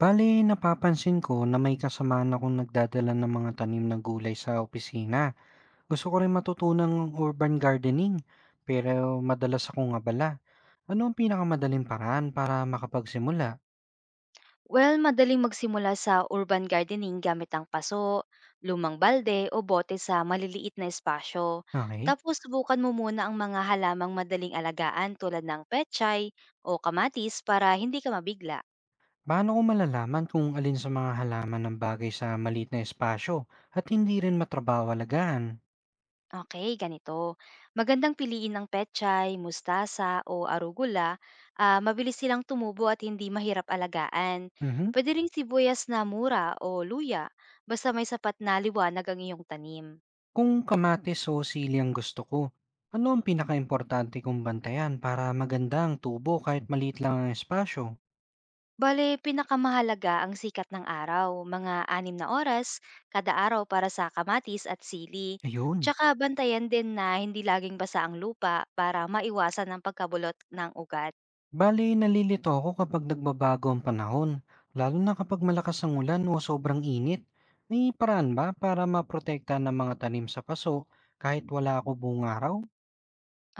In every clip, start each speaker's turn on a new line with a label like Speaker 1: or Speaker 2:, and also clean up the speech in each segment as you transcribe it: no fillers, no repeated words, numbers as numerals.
Speaker 1: Bale, napapansin ko na may kasama na akong nagdadala ng mga tanim na gulay sa opisina. Gusto ko rin matutunan ng urban gardening, pero madalas akong abala. Ano ang pinakamadaling paraan para makapagsimula?
Speaker 2: Well, madaling magsimula sa urban gardening gamit ang paso, lumang balde o bote sa maliliit na espasyo.
Speaker 1: Okay.
Speaker 2: Tapos subukan mo muna ang mga halamang madaling alagaan tulad ng pechay o kamatis para hindi ka mabigla.
Speaker 1: Paano ko malalaman kung alin sa mga halaman ng bagay sa maliit na espasyo at hindi rin matrabaho alagaan?
Speaker 2: Okay, ganito. Magandang piliin ng pechay, mustasa o arugula. Mabilis silang tumubo at hindi mahirap alagaan.
Speaker 1: Mhm.
Speaker 2: Pwede ring sibuyas na mura o luya basta may sapat na liwanag ang iyong tanim.
Speaker 1: Kung kamatis o sili ang gusto ko, ano ang pinakaimportante kong bantayan para maganda ang tubo kahit maliit lang ang espasyo?
Speaker 2: Bale, pinakamahalaga ang sikat ng araw, mga 6 na oras kada araw para sa kamatis at sili.
Speaker 1: Ayun.
Speaker 2: Tsaka bantayan din na hindi laging basa ang lupa para maiwasan ang pagkabulot ng ugat.
Speaker 1: Bale, nalilito ako kapag nagbabago ang panahon, lalo na kapag malakas ang ulan o sobrang init. May paraan ba para maprotektahan ng mga tanim sa paso kahit wala ako buong araw?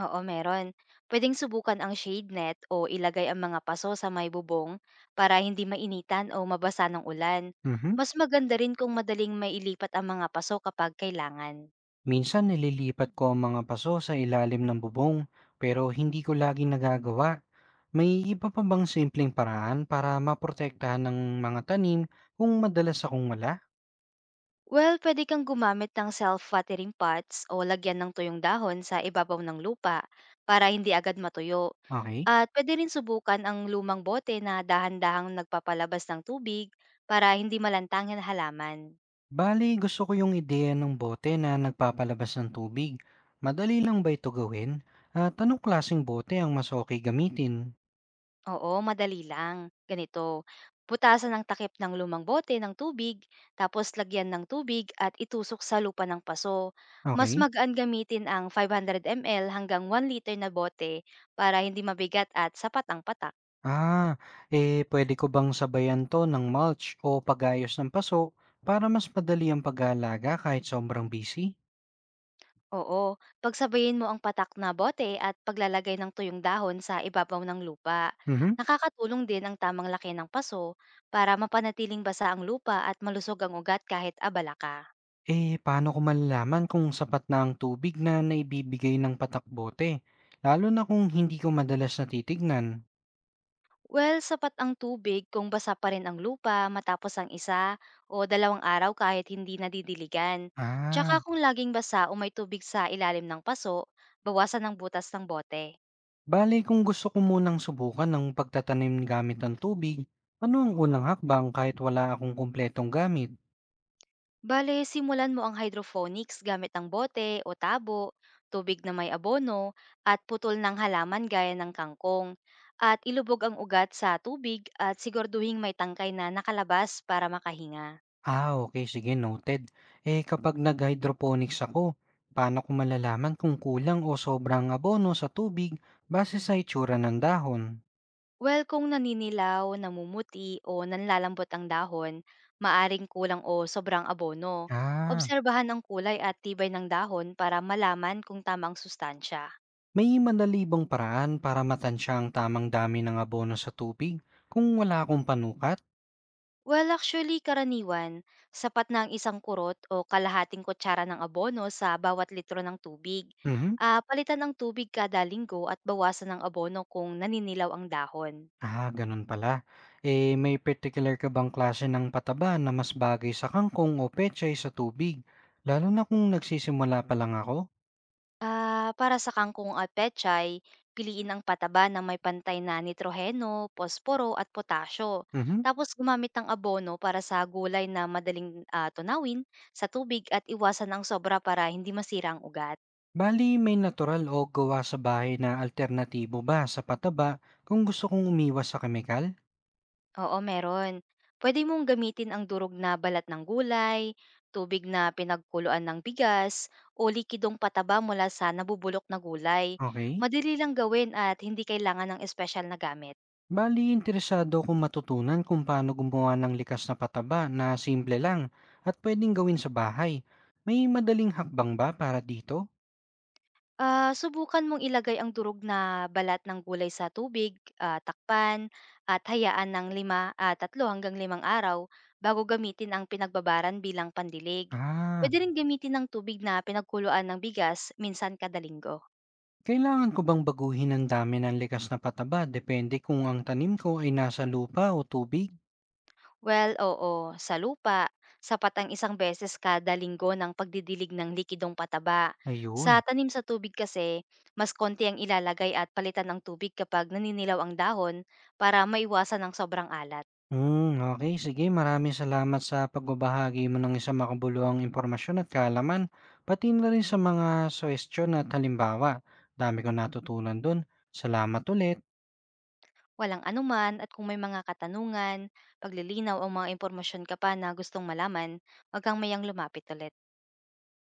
Speaker 2: Oo, meron. Pwedeng subukan ang shade net o ilagay ang mga paso sa may bubong para hindi mainitan o mabasa ng ulan.
Speaker 1: Mhm.
Speaker 2: Mas maganda rin kung madaling mailipat ang mga paso kapag kailangan.
Speaker 1: Minsan nililipat ko ang mga paso sa ilalim ng bubong, pero hindi ko lagi nagagawa. May iba pa bang simpleng paraan para maprotektahan ng mga tanim kung madalas akong wala?
Speaker 2: Well, pwede kang gumamit ng self-watering pots o lagyan ng tuyong dahon sa ibabaw ng lupa para hindi agad matuyo.
Speaker 1: Okay.
Speaker 2: At pwede rin subukan ang lumang bote na dahan-dahang nagpapalabas ng tubig para hindi malantangin ang halaman.
Speaker 1: Bali gusto ko yung ideya ng bote na nagpapalabas ng tubig. Madali lang ba ito gawin? At anong klaseng bote ang mas okay gamitin?
Speaker 2: Oo, madali lang. Ganito, putasan ang takip ng lumang bote ng tubig, tapos lagyan ng tubig at itusok sa lupa ng paso. Mas
Speaker 1: Okay.
Speaker 2: magaan gamitin ang 500 ml hanggang 1 liter na bote para hindi mabigat at sapat ang patak.
Speaker 1: Ah, eh pwede ko bang sabayan to ng mulch o pagayos ng paso para mas madali ang pag-aalaga kahit sobrang busy?
Speaker 2: Oo, pagsabayin mo ang patak na bote at paglalagay ng tuyong dahon sa ibabaw ng lupa.
Speaker 1: Mhm.
Speaker 2: Nakakatulong din ang tamang laki ng paso para mapanatiling basa ang lupa at malusog ang ugat kahit abala ka.
Speaker 1: Eh, paano ko malalaman kung sapat na ang tubig na naibibigay ng patak bote? Lalo na kung hindi ko madalas natitignan.
Speaker 2: Well, sapat ang tubig kung basa pa rin ang lupa matapos ang isa o dalawang araw kahit hindi nadidiligan. Tsaka
Speaker 1: Ah.
Speaker 2: kung laging basa o may tubig sa ilalim ng paso, bawasan ang butas ng bote.
Speaker 1: Bale kung gusto ko munang subukan ng pagtatanim gamit ng tubig, ano ang unang hakbang kahit wala akong kumpletong gamit?
Speaker 2: Bale, simulan mo ang hydroponics gamit ang bote o tabo, tubig na may abono, at putol ng halaman gaya ng kangkong. At ilubog ang ugat sa tubig at sigurduhing may tangkay na nakalabas para makahinga.
Speaker 1: Ah, okay, sige, noted. Eh, kapag nag-hydroponics ako, paano ko malalaman kung kulang o sobrang abono sa tubig base sa itsura ng dahon?
Speaker 2: Well, kung naninilaw, namumuti o nanlalambot ang dahon, maaring kulang o sobrang abono.
Speaker 1: Ah,
Speaker 2: Obserbahan ang kulay at tibay ng dahon para malaman kung tamang sustansya.
Speaker 1: may madali bang paraan para matansya ang tamang dami ng abono sa tubig kung wala akong panukat?
Speaker 2: Well, actually, karaniwan, sapat na ang isang kurot o kalahating kutsara ng abono sa bawat litro ng tubig.
Speaker 1: Mhm.
Speaker 2: Ah, palitan ang tubig kada linggo at bawasan ng abono kung naninilaw ang dahon.
Speaker 1: Ah, ganun pala. Eh, may particular ka bang klase ng pataba na mas bagay sa kangkong o pechay sa tubig? Lalo na kung nagsisimula pa lang ako?
Speaker 2: Ah, para sa kangkong at pechay, piliin ang pataba na may pantay na nitroheno, posporo at potasyo.
Speaker 1: Mhm.
Speaker 2: Tapos gumamit ng abono para sa gulay na madaling tunawin sa tubig at iwasan ang sobra para hindi masira ang ugat.
Speaker 1: Bali, may natural o gawa sa bahay na alternatibo ba sa pataba kung gusto kong umiwas sa kemikal?
Speaker 2: Oo, meron. Pwede mong gamitin ang durog na balat ng gulay, tubig na pinagkuluan ng bigas, o likidong pataba mula sa nabubulok na gulay.
Speaker 1: Okay.
Speaker 2: Madali lang gawin at hindi kailangan ng espesyal na gamit.
Speaker 1: Bali, interesado akong matutunan kung paano gumawa ng likas na pataba na simple lang at pwedeng gawin sa bahay. May madaling hakbang ba para dito?
Speaker 2: Ah, subukan mong ilagay ang durog na balat ng gulay sa tubig, takpan, at hayaan ng lima at 3 hanggang 5 araw bago gamitin ang pinagbabaran bilang pandilig.
Speaker 1: Ah.
Speaker 2: Pwede rin gamitin ng tubig na pinagkuluan ng bigas minsan kada linggo.
Speaker 1: Kailangan ko bang baguhin ang dami ng likas na pataba depende kung ang tanim ko ay nasa lupa o tubig?
Speaker 2: Well, oo, sa lupa, sapat ang isang beses kada linggo ng pagdidilig ng likidong pataba. Sa
Speaker 1: Ayun.
Speaker 2: tanim sa tubig kasi, mas konti ang ilalagay at palitan ng tubig kapag naninilaw ang dahon para maiwasan ang sobrang alat.
Speaker 1: Hmm, okay. Sige, maraming salamat sa pagbabahagi mo ng isang makabuluhang impormasyon at kaalaman, pati na rin sa mga suwestyon at halimbawa. Dami ko natutunan dun. Salamat ulit.
Speaker 2: Walang anuman at kung may mga katanungan, paglilinaw o mga impormasyon ka pa na gustong malaman, wag kang mayang lumapit ulit.